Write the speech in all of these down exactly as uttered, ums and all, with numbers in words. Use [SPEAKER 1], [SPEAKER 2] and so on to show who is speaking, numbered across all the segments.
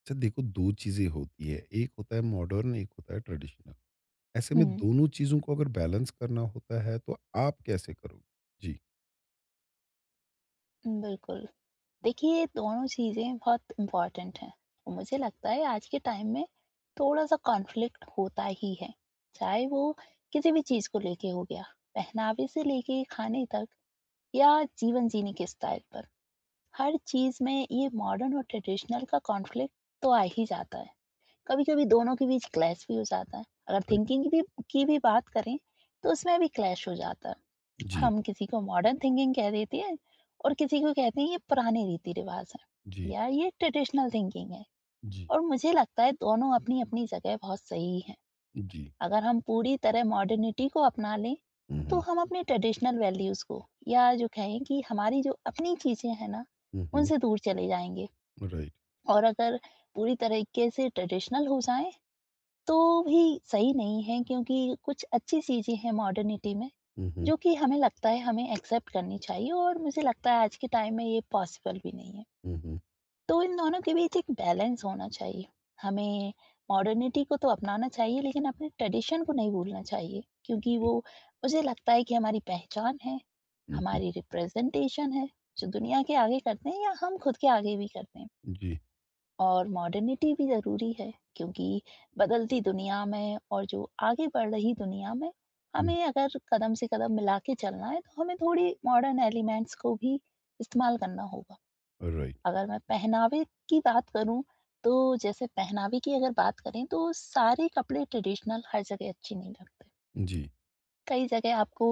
[SPEAKER 1] अच्छा देखो, दो चीजें होती है। एक होता है मॉडर्न, एक होता है ट्रेडिशनल। ऐसे में
[SPEAKER 2] हुँ,
[SPEAKER 1] दोनों चीजों को अगर बैलेंस करना होता है तो आप कैसे करोगे जी?
[SPEAKER 2] बिल्कुल। देखिए, ये दोनों चीज़ें बहुत इम्पोर्टेंट हैं। और मुझे लगता है आज के टाइम में थोड़ा-सा कॉन्फ्लिक्ट होता ही है, चाहे वो किसी भी चीज़ को लेके हो गया, पहनावे से लेके खाने तक या जीवन जीने के स्टाइल पर। हर चीज़ में ये मॉडर्न और ट्रेडिशनल का कॉन्फ्लिक्ट तो आ ही जाता है। कभी-कभी दोनों के बीच क्लैश भी हो जाता है। अगर
[SPEAKER 1] राइट।
[SPEAKER 2] थिंकिंग की भी की भी बात करें, तो उसमें भी क्लैश हो जाता है।
[SPEAKER 1] जी।
[SPEAKER 2] हम किसी को मॉडर्न थिंकिंग कह देते हैं और किसी को कहते हैं ये पुराने रीति रिवाज है
[SPEAKER 1] जी।
[SPEAKER 2] या ये ट्रेडिशनल थिंकिंग है
[SPEAKER 1] जी।
[SPEAKER 2] और मुझे लगता है दोनों अपनी अपनी जगह बहुत सही है।
[SPEAKER 1] जी।
[SPEAKER 2] अगर हम पूरी तरह मॉडर्निटी को अपना लें तो
[SPEAKER 1] हम्म।
[SPEAKER 2] हम अपने ट्रेडिशनल वैल्यूज को या जो कहें कि हमारी जो अपनी चीजें हैं ना
[SPEAKER 1] हम्म।
[SPEAKER 2] उनसे दूर चले जाएंगे।
[SPEAKER 1] राइट।
[SPEAKER 2] और अगर पूरी तरीके से ट्रेडिशनल हो जाएं तो भी सही नहीं है क्योंकि कुछ अच्छी चीज़ें हैं मॉडर्निटी में,
[SPEAKER 1] हम्म।
[SPEAKER 2] जो कि हमें लगता है हमें एक्सेप्ट करनी चाहिए और मुझे लगता है आज के टाइम में ये पॉसिबल भी नहीं है।
[SPEAKER 1] हम्म।
[SPEAKER 2] तो इन दोनों के बीच एक बैलेंस होना चाहिए। हमें मॉडर्निटी को तो अपनाना चाहिए लेकिन अपने ट्रेडिशन को नहीं भूलना चाहिए क्योंकि
[SPEAKER 1] जी।
[SPEAKER 2] वो मुझे लगता है कि हमारी पहचान है,
[SPEAKER 1] हम्म।
[SPEAKER 2] हमारी रिप्रेजेंटेशन है, जो दुनिया के आगे करते हैं या हम खुद के आगे भी करते हैं।
[SPEAKER 1] जी।
[SPEAKER 2] और मॉडर्निटी भी ज़रूरी है क्योंकि बदलती दुनिया में और जो आगे बढ़ रही दुनिया में
[SPEAKER 1] हम्म।
[SPEAKER 2] हमें अगर कदम से कदम मिला के चलना है तो हमें थोड़ी मॉडर्न एलिमेंट्स को भी इस्तेमाल करना होगा।
[SPEAKER 1] राइट।
[SPEAKER 2] अगर मैं पहनावे की बात करूँ, तो जैसे पहनावे की अगर बात करें तो सारे कपड़े ट्रेडिशनल हर जगह अच्छे नहीं लगते।
[SPEAKER 1] जी।
[SPEAKER 2] कई जगह आपको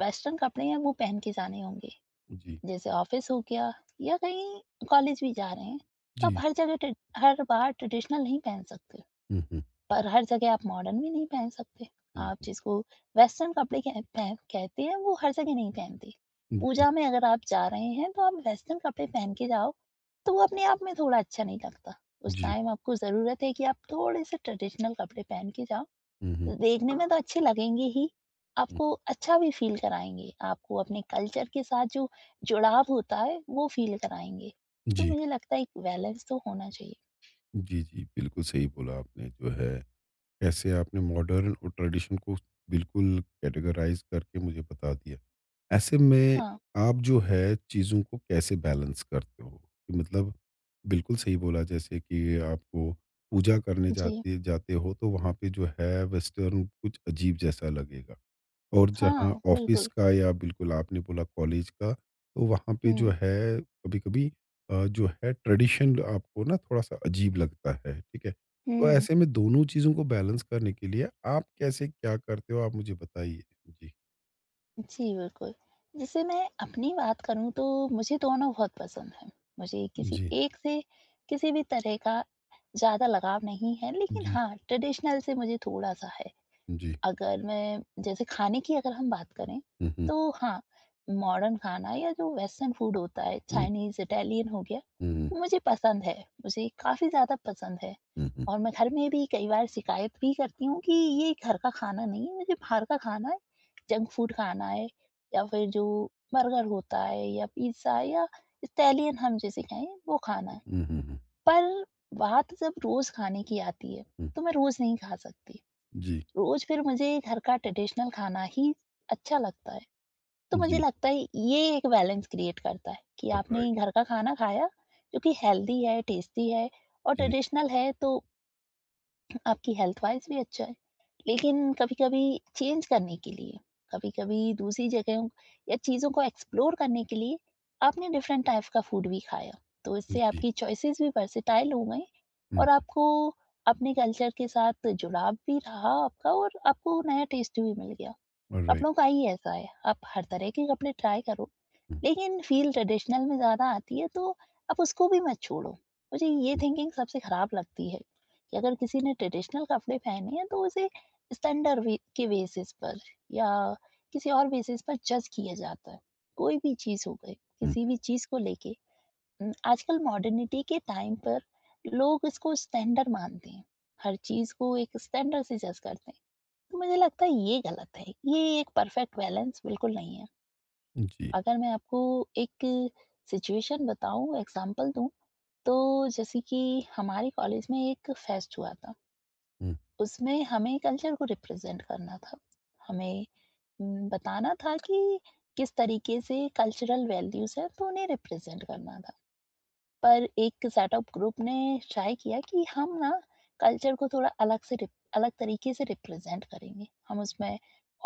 [SPEAKER 2] वेस्टर्न कपड़े हैं वो पहन के जाने होंगे।
[SPEAKER 1] जी।
[SPEAKER 2] जैसे ऑफिस हो गया या कहीं कॉलेज भी जा रहे हैं, तो आप
[SPEAKER 1] जी।
[SPEAKER 2] हर जगह ट्रे- हर बार ट्रेडिशनल नहीं पहन सकते,
[SPEAKER 1] हम्म। हम्म।
[SPEAKER 2] पर हर जगह आप मॉडर्न भी नहीं पहन सकते।
[SPEAKER 1] जी।
[SPEAKER 2] आप जिसको वेस्टर्न कपड़े कह, पह, कहते हैं वो हर जगह नहीं पहनते। पूजा में अगर आप जा रहे हैं तो आप वेस्टर्न कपड़े पहन के जाओ तो वो अपने आप में थोड़ा अच्छा नहीं लगता। उस
[SPEAKER 1] जी।
[SPEAKER 2] टाइम आपको जरूरत है कि आप थोड़े से ट्रेडिशनल कपड़े पहन के जाओ।
[SPEAKER 1] हम्म।
[SPEAKER 2] देखने में तो अच्छे लगेंगे ही, आपको अच्छा भी फ़ील कराएँगे, आपको अपने कल्चर के साथ जो जुड़ाव होता है, वो फ़ील कराएँगे।
[SPEAKER 1] जी।
[SPEAKER 2] तो
[SPEAKER 1] जी।
[SPEAKER 2] मुझे लगता है एक बैलेंस तो होना चाहिए।
[SPEAKER 1] जी। जी, बिल्कुल सही बोला आपने। जो है, कैसे आपने मॉडर्न और ट्रेडिशन को बिल्कुल कैटेगराइज करके मुझे बता दिया। ऐसे में
[SPEAKER 2] हाँ,
[SPEAKER 1] आप, जो है, चीज़ों को कैसे बैलेंस करते हो? कि मतलब, बिल्कुल सही बोला जैसे कि आपको पूजा करने
[SPEAKER 2] जी।
[SPEAKER 1] जाते जाते हो तो वहाँ पे जो है वेस्टर्न कुछ अजीब जैसा लगेगा। और जहाँ
[SPEAKER 2] हाँ,
[SPEAKER 1] ऑफ़िस
[SPEAKER 2] बिल्कुल।
[SPEAKER 1] का या बिल्कुल आपने बोला कॉलेज का, तो वहाँ पे जो
[SPEAKER 2] हुँ,
[SPEAKER 1] है कभी-कभी अ, जो है ट्रेडिशन आपको ना थोड़ा-सा अजीब लगता है, ठीक है? तो
[SPEAKER 2] हुँ।
[SPEAKER 1] ऐसे में दोनों चीज़ों को बैलेंस करने के लिए आप कैसे क्या करते हो, आप मुझे बताइए? जी।
[SPEAKER 2] जी, बिल्कुल। जैसे मैं अपनी बात करूँ तो मुझे दोनों बहुत पसंद हैं। मुझे किसी
[SPEAKER 1] जी।
[SPEAKER 2] एक से किसी भी तरह का ज़्यादा लगाव नहीं है, लेकिन
[SPEAKER 1] जी।
[SPEAKER 2] हाँ, ट्रेडिशनल से मुझे थोड़ा-सा है।
[SPEAKER 1] जी।
[SPEAKER 2] अगर मैं जैसे खाने की अगर हम बात करें,
[SPEAKER 1] हुँ। हुँ।
[SPEAKER 2] तो हाँ, मॉडर्न खाना या जो वेस्टर्न फूड होता है,
[SPEAKER 1] हुँ।
[SPEAKER 2] चाइनीज़, इटालियन हो गया,
[SPEAKER 1] हुँ।
[SPEAKER 2] वो मुझे पसंद है। मुझे काफ़ी ज़्यादा पसंद है
[SPEAKER 1] हुँ। हुँ।
[SPEAKER 2] और मैं घर में भी कई बार शिकायत भी करती हूँ कि ये घर का खाना नहीं है, मुझे बाहर का खाना है, जंक फूड खाना है या फिर जो बर्गर होता है या पिज़्ज़ा या इटालियन हम जिसे कहें, वो खाना है।
[SPEAKER 1] हुँ। हुँ। हुँ।
[SPEAKER 2] पर बात जब रोज़ खाने की आती है,
[SPEAKER 1] हुँ।
[SPEAKER 2] तो मैं रोज़ नहीं खा सकती।
[SPEAKER 1] जी।
[SPEAKER 2] रोज फिर मुझे घर का ट्रेडिशनल खाना ही अच्छा लगता है। तो मुझे
[SPEAKER 1] जी।
[SPEAKER 2] लगता है ये एक बैलेंस क्रिएट करता है कि आपने
[SPEAKER 1] राइट।
[SPEAKER 2] घर का खाना खाया जो कि हेल्दी है, टेस्टी है और
[SPEAKER 1] जी।
[SPEAKER 2] ट्रेडिशनल है, तो आपकी हेल्थ वाइज़ भी अच्छा है। लेकिन कभी-कभी चेंज करने के लिए, कभी-कभी दूसरी जगहों या चीज़ों को एक्सप्लोर करने के लिए आपने डिफरेंट टाइप का फूड भी खाया। तो इससे
[SPEAKER 1] जी।
[SPEAKER 2] आपकी चॉइसेस भी वर्सेटाइल हो गईं
[SPEAKER 1] हुँ।
[SPEAKER 2] और आपको अपने कल्चर के साथ जुड़ाव भी रहा आपका और आपको नया टेस्ट भी मिल गया।
[SPEAKER 1] राइट।
[SPEAKER 2] कपड़ों का ही ऐसा है, आप हर तरह के कपड़े ट्राई करो,
[SPEAKER 1] हुँ।
[SPEAKER 2] लेकिन फ़ील ट्रेडिशनल में ज़्यादा आती है तो आप उसको भी मत छोड़ो। मुझे ये
[SPEAKER 1] हुँ।
[SPEAKER 2] थिंकिंग सबसे ख़राब लगती है कि अगर किसी ने ट्रेडिशनल कपड़े पहने हैं तो उसे स्टैंडर्ड वे के बेसिस पर या किसी और बेसिस पर जज किया जाता है। कोई भी चीज़ हो गई, किसी भी चीज़ को लेके, उम, आजकल मॉडर्निटी के टाइम पर लोग इसको स्टैंडर्ड मानते हैं। हर चीज़ को एक स्टैंडर्ड से जज करते हैं। तो मुझे लगता है ये गलत है। ये एक परफेक्ट बैलेंस बिल्कुल नहीं है।
[SPEAKER 1] हुँ। जी।
[SPEAKER 2] अगर मैं आपको एक सिचुएशन बताऊँ, एग्ज़ाम्पल दूँ, तो जैसे कि हमारे कॉलेज में एक फेस्ट हुआ था।
[SPEAKER 1] हुँ।
[SPEAKER 2] उसमें हमें कल्चर को रिप्रेज़ेंट करना था। हमें उम, बताना था कि किस तरीके से कल्चरल वैल्यूज़ हैं, तो उन्हें रिप्रेज़ेंट करना था। पर एक सेटअप ग्रुप ने ट्राई किया कि हम ना कल्चर को थोड़ा अलग से रिप- अलग तरीके से रिप्रेजेंट करेंगे। हम उसमें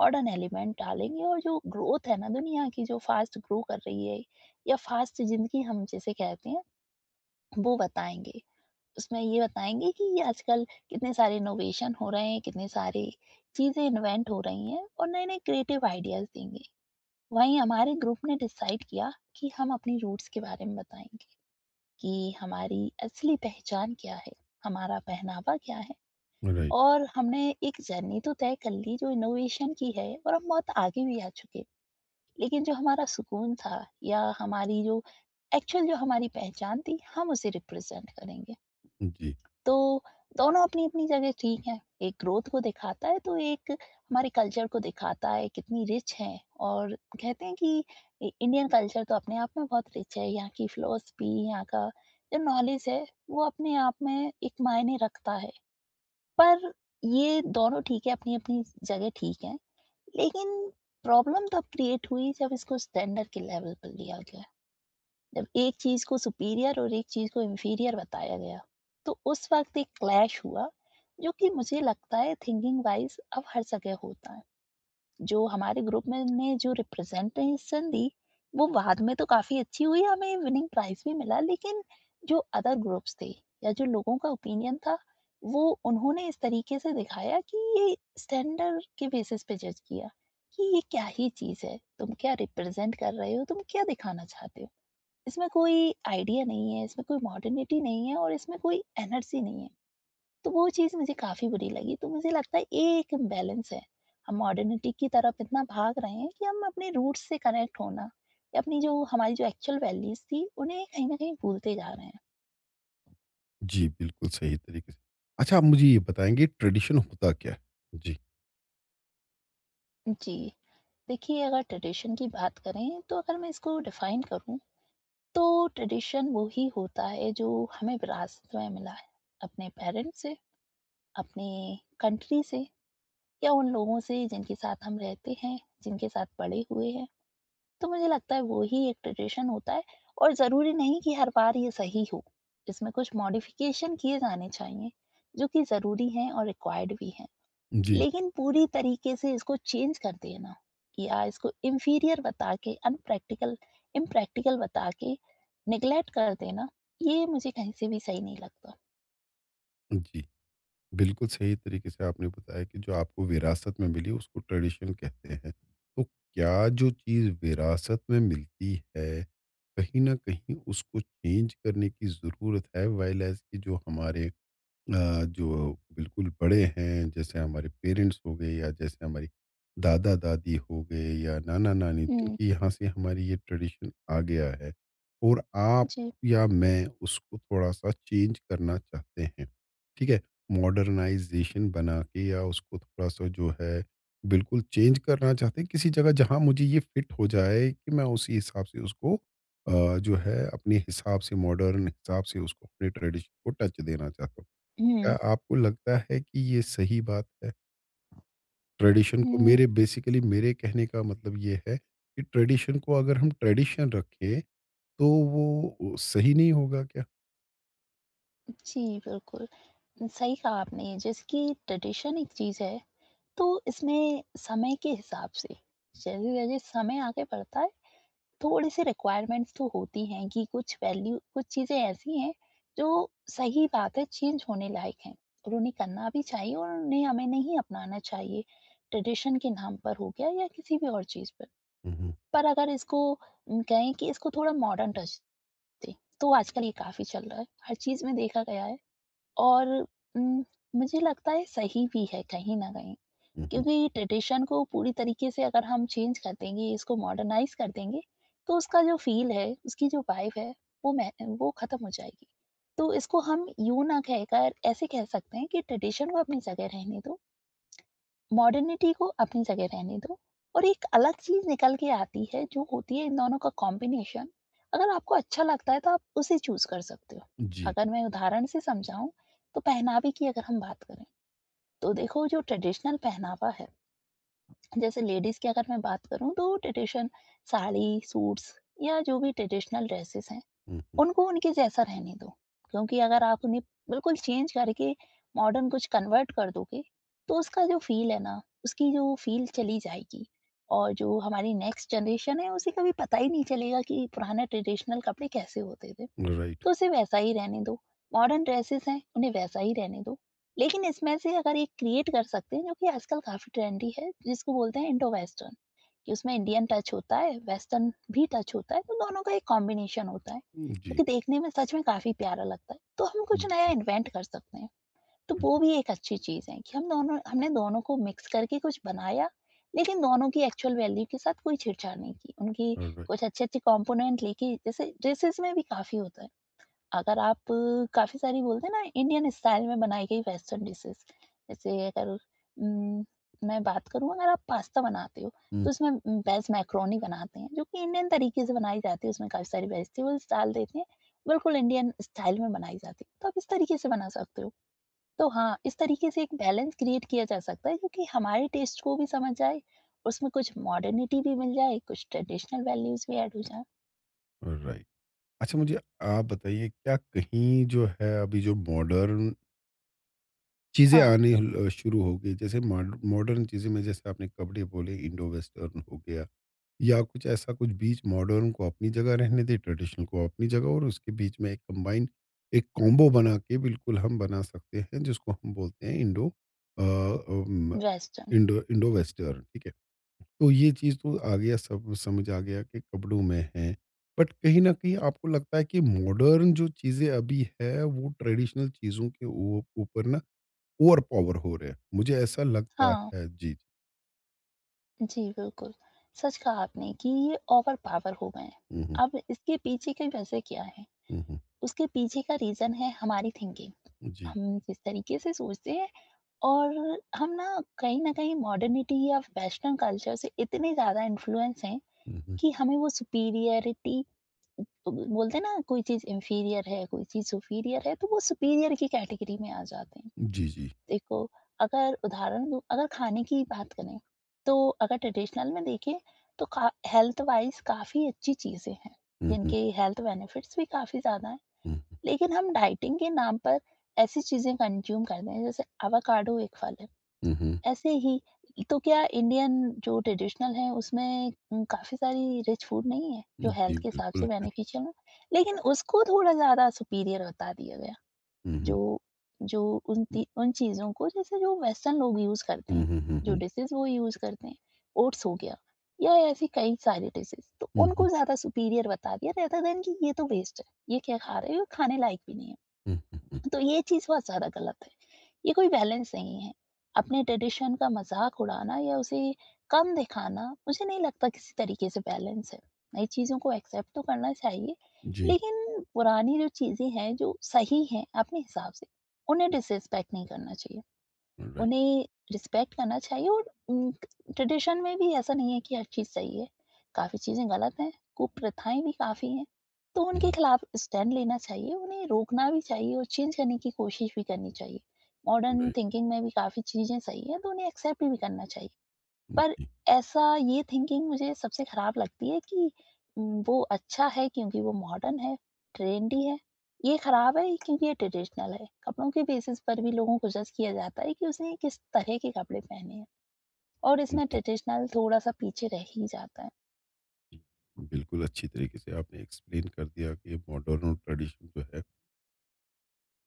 [SPEAKER 2] मॉडर्न एलिमेंट डालेंगे और जो ग्रोथ है ना दुनिया की जो फास्ट ग्रो कर रही है या फास्ट जिंदगी हम जिसे कहते हैं वो बताएंगे। उसमें ये बताएंगे कि ये आजकल कितने सारे इनोवेशन हो रहे हैं, कितने सारे चीजें इन्वेंट हो रही हैं और नए नए क्रिएटिव आइडियाज देंगे। वहीं हमारे ग्रुप ने डिसाइड किया कि हम अपनी रूट्स के बारे में बताएंगे कि हमारी असली पहचान क्या है, हमारा पहनावा क्या है,
[SPEAKER 1] राइट।
[SPEAKER 2] और हमने एक जर्नी तो तय कर ली जो इनोवेशन की है और हम बहुत आगे भी आ चुके। लेकिन जो हमारा सुकून था या हमारी जो एक्चुअल जो हमारी पहचान थी, हम उसे रिप्रेज़ेंट करेंगे।
[SPEAKER 1] जी।
[SPEAKER 2] तो दोनों अपनी-अपनी जगह ठीक हैं। एक ग्रोथ को दिखाता है, तो एक हमारे कल्चर को दिखाता है, कितनी रिच है, और कहते हैं कि इ इंडियन कल्चर तो अपने आप में बहुत रिच है। यहाँ की फिलॉसफी, यहाँ का जो नॉलेज है, वो अपने आप में एक मायने रखता है। पर ये दोनों ठीक है, अपनी-अपनी जगह ठीक है। लेकिन प्रॉब्लम तब क्रिएट हुई, जब इसको स्टैंडर्ड के लेवल पर लिया गया। जब एक चीज़ को सुपीरियर और एक चीज़ को इंफीरियर बताया गया, तो उस वक़्त एक क्लैश हुआ जो कि मुझे लगता है थिंकिंग वाइज़ अब हर जगह होता है। जो हमारे ग्रुप में ने जो रिप्रेजेंटेशन दी वो बाद में तो काफ़ी अच्छी हुई, हमें विनिंग प्राइज़ भी मिला, लेकिन जो अदर ग्रुप्स थे या जो लोगों का ओपिनियन था वो उन्होंने इस तरीके से दिखाया कि ये स्टैंडर्ड के बेसिस पे जज किया कि ये क्या ही चीज़ है? तुम क्या रिप्रेजेंट कर रहे हो? तुम क्या दिखाना चाहते हो? इसमें कोई आइडिया नहीं है, इसमें कोई मॉडर्निटी नहीं है और इसमें कोई एनर्जी नहीं है। तो वो चीज़ मुझे काफ़ी बुरी लगी। तो मुझे लगता है ये एक इम्बैलेंस है। हम मॉडर्निटी की तरफ इतना भाग रहे हैं कि हम अपने रूट्स से कनेक्ट होना या अपनी जो हमारी जो एक्चुअल वैल्यूज़ थी, उन्हें कहीं न कहीं भूलते जा रहे हैं।
[SPEAKER 1] जी, बिल्कुल सही तरीके से। अच्छा, आप मुझे ये बताएँगे ट्रेडिशन होता क्या है? जी।
[SPEAKER 2] जी। देखिए अगर ट्रेडिशन की बात करें तो अगर मैं इसको डिफ़ाइन करूँ तो ट्रेडिशन वो ही होता है जो हमें विरासत में मिला है, अपने पेरेंट्स से, अपने कंट्री से या उन लोगों से जिनके साथ हम रहते हैं, जिनके साथ बड़े हुए हैं। तो मुझे लगता है वो ही एक ट्रेडिशन होता है और ज़रूरी नहीं कि हर बार ये सही हो। इसमें कुछ मॉडिफ़िकेशन किए जाने चाहिए, जो कि ज़रूरी हैं और रिक्वायर्ड भी हैं।
[SPEAKER 1] जी।
[SPEAKER 2] लेकिन पूरी तरीके से इसको चेंज कर देना या इसको इंफीरियर बता के अनप्रैक्टिकल इम्प्रैक्टिकल बता के निग्लेक्ट कर देना, ये मुझे कहीं से भी सही नहीं लगता।
[SPEAKER 1] जी। बिल्कुल सही तरीके से आपने बताया कि जो आपको विरासत में मिली उसको ट्रेडिशन कहते हैं। तो क्या जो चीज़ विरासत में मिलती है, कहीं न कहीं उसको चेंज करने की ज़रूरत है? व्हाइल एज़ कि जो हमारे अ, जो बिल्कुल बड़े हैं, जैसे हमारे पेरेंट्स हो गए या जैसे हमारी दादा-दादी हो गए या नाना-नानी,
[SPEAKER 2] हुँ,
[SPEAKER 1] जिनकी यहाँ से हमारी ये ट्रेडिशन आ गया है और आप
[SPEAKER 2] जी।
[SPEAKER 1] या मैं उसको थोड़ा-सा चेंज करना चाहते हैं, ठीक है? मॉडर्नाइज़ेशन बना के या उसको थोड़ा-सा, जो है, बिल्कुल चेंज करना चाहते हैं किसी जगह जहाँ मुझे ये फिट हो जाए, कि मैं उसी हिसाब से उसको अ, जो है अपने हिसाब से, मॉडर्न हिसाब से उसको अपने ट्रेडिशन को टच देना चाहता हूँ। क्या
[SPEAKER 2] हुँ।
[SPEAKER 1] आपको लगता है कि ये सही बात है? ट्रेडिशन को,
[SPEAKER 2] हुँ।
[SPEAKER 1] मेरे बेसिकली मेरे कहने का मतलब ये है कि ट्रेडिशन को अगर हम ट्रेडिशन रखें, तो वो सही नहीं होगा क्या?
[SPEAKER 2] जी, बिल्कुल। सही कहा आपने जैसे कि ट्रेडिशन एक चीज़ है, तो इसमें समय के हिसाब से जैसे-जैसे समय आगे बढ़ता है, थोड़ी-सी रिक्वायरमेंट्स तो होती हैं कि कुछ वैल्यू कुछ चीज़ें ऐसी हैं, जो सही बात है चेंज होने लायक हैं और उन्हें करना भी चाहिए और उन्हें हमें नहीं अपनाना चाहिए, ट्रेडिशन के नाम पर हो गया या किसी भी और चीज़ पर।
[SPEAKER 1] हुँ। हुँ।
[SPEAKER 2] पर अगर इसको उम, कहें कि इसको थोड़ा मॉडर्न टच दें, तो आजकल ये काफ़ी चल रहा है, हर चीज़ में देखा गया है। और उम, मुझे लगता है सही भी है कहीं न कहीं,
[SPEAKER 1] हुँ। हुँ।
[SPEAKER 2] क्योंकि ट्रेडिशन को पूरी तरीके से अगर हम चेंज कर देंगे, इसको मॉडर्नाइज़ कर देंगे, तो उसका जो फ़ील है, उसकी जो वाइब है, वो मह वो ख़त्म हो जाएगी। तो इसको हम यूँ ना कहकर ऐसे कह सकते हैं कि ट्रेडिशन को अपनी जगह रहने दो, मॉडर्निटी को अपनी जगह रहने दो, और एक अलग चीज निकल के आती है जो होती है इन दोनों का कॉम्बिनेशन। अगर आपको अच्छा लगता है तो आप उसे चूज कर सकते हो।
[SPEAKER 1] जी।
[SPEAKER 2] अगर मैं उदाहरण से समझाऊं तो पहनावे की अगर हम बात करें, तो देखो जो ट्रेडिशनल पहनावा है, जैसे लेडीज की अगर मैं बात करूं तो ट्रेडिशन साड़ी सूट्स या जो भी ट्रेडिशनल ड्रेसेस हैं,
[SPEAKER 1] हुँ। हुँ।
[SPEAKER 2] उनको उनके जैसा रहने दो, क्योंकि अगर आप उन्हें बिल्कुल चेंज करके मॉडर्न कुछ कन्वर्ट कर दोगे तो उसका जो फील है ना उसकी जो फील चली जाएगी, और जो हमारी नेक्स्ट जनरेशन है उसे कभी पता ही नहीं चलेगा कि पुराने ट्रेडिशनल कपड़े कैसे होते थे
[SPEAKER 1] राइट।
[SPEAKER 2] तो उसे वैसा ही रहने दो। मॉडर्न ड्रेसेज़ हैं, उन्हें वैसा ही रहने दो। लेकिन इसमें से अगर एक क्रिएट कर सकते हैं, जो कि आजकल काफ़ी ट्रेंडी है, जिसको बोलते हैं इंडो वेस्टर्न, कि उसमें इंडियन टच होता है, वेस्टर्न भी टच होता है, तो दोनों का एक कॉम्बिनेशन होता है, जो
[SPEAKER 1] जी।
[SPEAKER 2] कि देखने में सच में काफ़ी प्यारा लगता है। तो हम कुछ
[SPEAKER 1] जी।
[SPEAKER 2] नया इन्वेंट कर सकते हैं। तो वो
[SPEAKER 1] जी।
[SPEAKER 2] भी एक अच्छी चीज़ है कि हम दोनों हमने दोनों को मिक्स करके कुछ बनाया, लेकिन दोनों की एक्चुअल वैल्यू के साथ कोई छेड़छाड़ नहीं की। उनकी
[SPEAKER 1] ऑलराइट।
[SPEAKER 2] कुछ अच्छे-अच्छे कंपोनेंट लेके जैसे ड्रेसेज़ में भी काफ़ी होता है। अगर आप काफ़ी सारी बोलते हैं ना इंडियन स्टाइल में बनाई गई वेस्टर्न डिशेज़, जैसे अगर उम, मैं बात करूँ अगर आप पास्ता बनाते हो,
[SPEAKER 1] हुँ।
[SPEAKER 2] तो उसमें वेज मैक्रोनी बनाते हैं, जो कि इंडियन तरीके से बनाई जाती है, उसमें काफ़ी सारी वेजिटेबल्स डाल देते हैं, बिल्कुल इंडियन स्टाइल में बनाई जाती है, तो आप इस तरीके से बना सकते हो। तो हाँ, इस तरीके से एक बैलेंस क्रिएट किया जा सकता है क्योंकि हमारे टेस्ट को भी समझ जाए, उसमें कुछ मॉडर्निटी भी मिल जाए, कुछ ट्रेडिशनल वैल्यूज़ भी ऐड हो जाएँ।
[SPEAKER 1] ऑलराइट। अच्छा मुझे आप बताइए, क्या कहीं जो है अभी जो मॉडर्न चीज़ें
[SPEAKER 2] हाँ,
[SPEAKER 1] आनी ल शुरू हो गई, जैसे मॉड मॉडर्न चीज़ें में जैसे आपने कपड़े बोले इंडो वेस्टर्न हो गया। या कुछ ऐसा कुछ बीच, मॉडर्न को अपनी जगह रहने दे, ट्रेडिशनल को अपनी जगह, और उसके बीच में एक कंबाइन, एक कॉम्बो बना के बिल्कुल हम बना सकते हैं, जिसको हम बोलते हैं Indo uh, um,
[SPEAKER 2] western.
[SPEAKER 1] Indo Indo western, ठीक है। तो ये चीज़ तो आ गया, सब समझ आ गया कि कपड़ों में है। बट कहीं न कहीं आपको लगता है कि मॉडर्न जो चीज़ें अभी है वो ट्रेडिशनल चीज़ों के ऊ ऊपर ना ओवर पावर हो रहे हैं। मुझे ऐसा लगता
[SPEAKER 2] हाँ।
[SPEAKER 1] है। जी।
[SPEAKER 2] जी बिल्कुल, सच कहा आपने कि ये ओवर पावर हो गए हैं।
[SPEAKER 1] हुँ। हुँ।
[SPEAKER 2] अब इसके पीछे की वजह क्या है?
[SPEAKER 1] हुँ। हुँ।
[SPEAKER 2] उसके पीछे का रीज़न है हमारी थिंकिंग।
[SPEAKER 1] जी।
[SPEAKER 2] हम जिस तरीके से सोचते हैं और हम ना कहीं न कहीं मॉडर्निटी या वेस्टर्न कल्चर से इतने ज़्यादा इन्फ्लुएंस हैं
[SPEAKER 1] हुँ। हुँ।
[SPEAKER 2] कि हमें वो सुपीरियरिटी बोलते हैं ना कोई चीज़ इंफीरियर है, कोई चीज़ सुपीरियर है, तो वो सुपीरियर की कैटेगरी में आ जाते हैं।
[SPEAKER 1] जी। जी।
[SPEAKER 2] देखो, अगर उदाहरण दूँ अगर खाने की बात करें, तो अगर ट्रेडिशनल में देखें, तो का हेल्थ वाइज़ काफ़ी अच्छी चीज़ें हैं,
[SPEAKER 1] हुँ। हुँ।
[SPEAKER 2] जिनके हेल्थ बेनिफिट्स भी काफ़ी ज़्यादा हैं।
[SPEAKER 1] हुँ।
[SPEAKER 2] लेकिन हम डाइटिंग के नाम पर ऐसी चीज़ें कंज़्यूम करते हैं, जैसे एवोकाडो एक फल है।
[SPEAKER 1] हुँ। हुँ।
[SPEAKER 2] ऐसे ही तो क्या इंडियन जो ट्रेडिशनल है, उसमें उम, काफ़ी सारी रिच फूड नहीं है, जो हेल्थ
[SPEAKER 1] जी,
[SPEAKER 2] के हिसाब से
[SPEAKER 1] बिल्कुल।
[SPEAKER 2] बेनिफिशियल हो? लेकिन उसको थोड़ा ज़्यादा सुपीरियर बता दिया गया है।
[SPEAKER 1] हुँ। हुँ।
[SPEAKER 2] जो जो उन ती उन चीज़ों को जैसे जो वेस्टर्न लोग यूज़ करते
[SPEAKER 1] हुँ।
[SPEAKER 2] हैं,
[SPEAKER 1] हुँ। हुँ।
[SPEAKER 2] जो
[SPEAKER 1] हुँ।
[SPEAKER 2] डिशेज़ वो यूज़ करते हैं, ओट्स हो गया या ऐसी कई सारी डिशेज़, तो
[SPEAKER 1] हुँ।
[SPEAKER 2] उनको
[SPEAKER 1] हुँ।
[SPEAKER 2] ज़्यादा सुपीरियर बता दिया रेदर देन कि ये तो वेस्ट है, ये क्या खा रहे हो, ये खाने लायक भी नहीं है।
[SPEAKER 1] हुँ। हुँ। हुँ।
[SPEAKER 2] तो ये चीज़ बहुत ज़्यादा गलत है। ये कोई बैलेंस नहीं है। अपने ट्रेडिशन का मज़ाक उड़ाना या उसे कम दिखाना मुझे नहीं लगता किसी तरीके से बैलेंस है। नई चीज़ों को एक्सेप्ट तो करना चाहिए,
[SPEAKER 1] जी,
[SPEAKER 2] लेकिन पुरानी जो चीज़ें हैं, जो सही हैं अपने हिसाब से, उन्हें डिसरिस्पेक्ट नहीं करना चाहिए।
[SPEAKER 1] राइट।
[SPEAKER 2] उन्हें रिस्पेक्ट करना चाहिए और उम, ट्रेडिशन में भी ऐसा नहीं है कि हर चीज़ सही है। काफ़ी चीज़ें गलत हैं, कुप्रथाएँ भी काफ़ी हैं, तो
[SPEAKER 1] हुँ,
[SPEAKER 2] उनके खिलाफ स्टैंड लेना चाहिए, उन्हें रोकना भी चाहिए और चेंज करने की कोशिश भी करनी चाहिए। Modern
[SPEAKER 1] right.
[SPEAKER 2] थिंकिंग में भी काफ़ी चीज़ें सही हैं, तो उन्हें एक्सेप्ट भी करना चाहिए। पर
[SPEAKER 1] जी।
[SPEAKER 2] ऐसा ये थिंकिंग मुझे सबसे खराब लगती है कि उम, वो अच्छा है क्योंकि वो मॉडर्न है, ट्रेंडी है। ये खराब है क्योंकि ये ट्रेडिशनल है। कपड़ों के बेसिस पर भी लोगों को जज किया जाता है कि उसने किस तरह के कपड़े पहने हैं और
[SPEAKER 1] जी।
[SPEAKER 2] इसमें
[SPEAKER 1] जी।
[SPEAKER 2] ट्रेडिशनल थोड़ा-सा पीछे रह ही जाता है।
[SPEAKER 1] बिल्कुल अच्छी तरीके से आपने एक्सप्लेन कर दिया कि मॉडर्न और ट्रेडिशन जो है,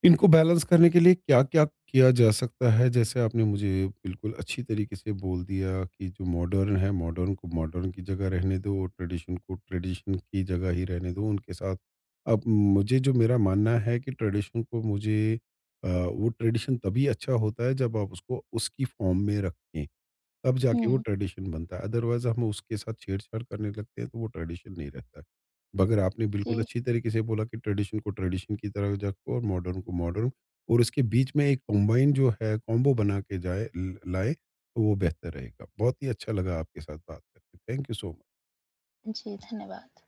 [SPEAKER 1] इनको बैलेंस करने के लिए क्या-क्या किया जा सकता है। जैसे आपने मुझे बिल्कुल अच्छी तरीके से बोल दिया कि जो मॉडर्न है, मॉडर्न को मॉडर्न की जगह रहने दो और ट्रेडिशन को ट्रेडिशन की जगह ही रहने दो, उनके साथ। अब मुझे, जो मेरा मानना है कि ट्रेडिशन को मुझे अ, वो ट्रेडिशन तभी अच्छा होता है जब आप उसको उसकी फ़ॉर्म में रखें। तब जाके वो
[SPEAKER 2] हुँ।
[SPEAKER 1] ट्रेडिशन बनता है, अदरवाइज हम उसके साथ छेड़छाड़ करने लगते हैं तो वो ट्रेडिशन नहीं रहता है। मगर आपने बिल्कुल
[SPEAKER 2] जी।
[SPEAKER 1] अच्छी तरीके से बोला कि ट्रेडिशन को ट्रेडिशन की तरह रखो और मॉडर्न को मॉडर्न, और इसके बीच में एक कॉम्बाइन जो है, कॉम्बो बना के जाए, ल- लाए, तो वो बेहतर रहेगा। बहुत ही अच्छा लगा आपके साथ बात करके। Thank you so much.
[SPEAKER 2] जी, धन्यवाद।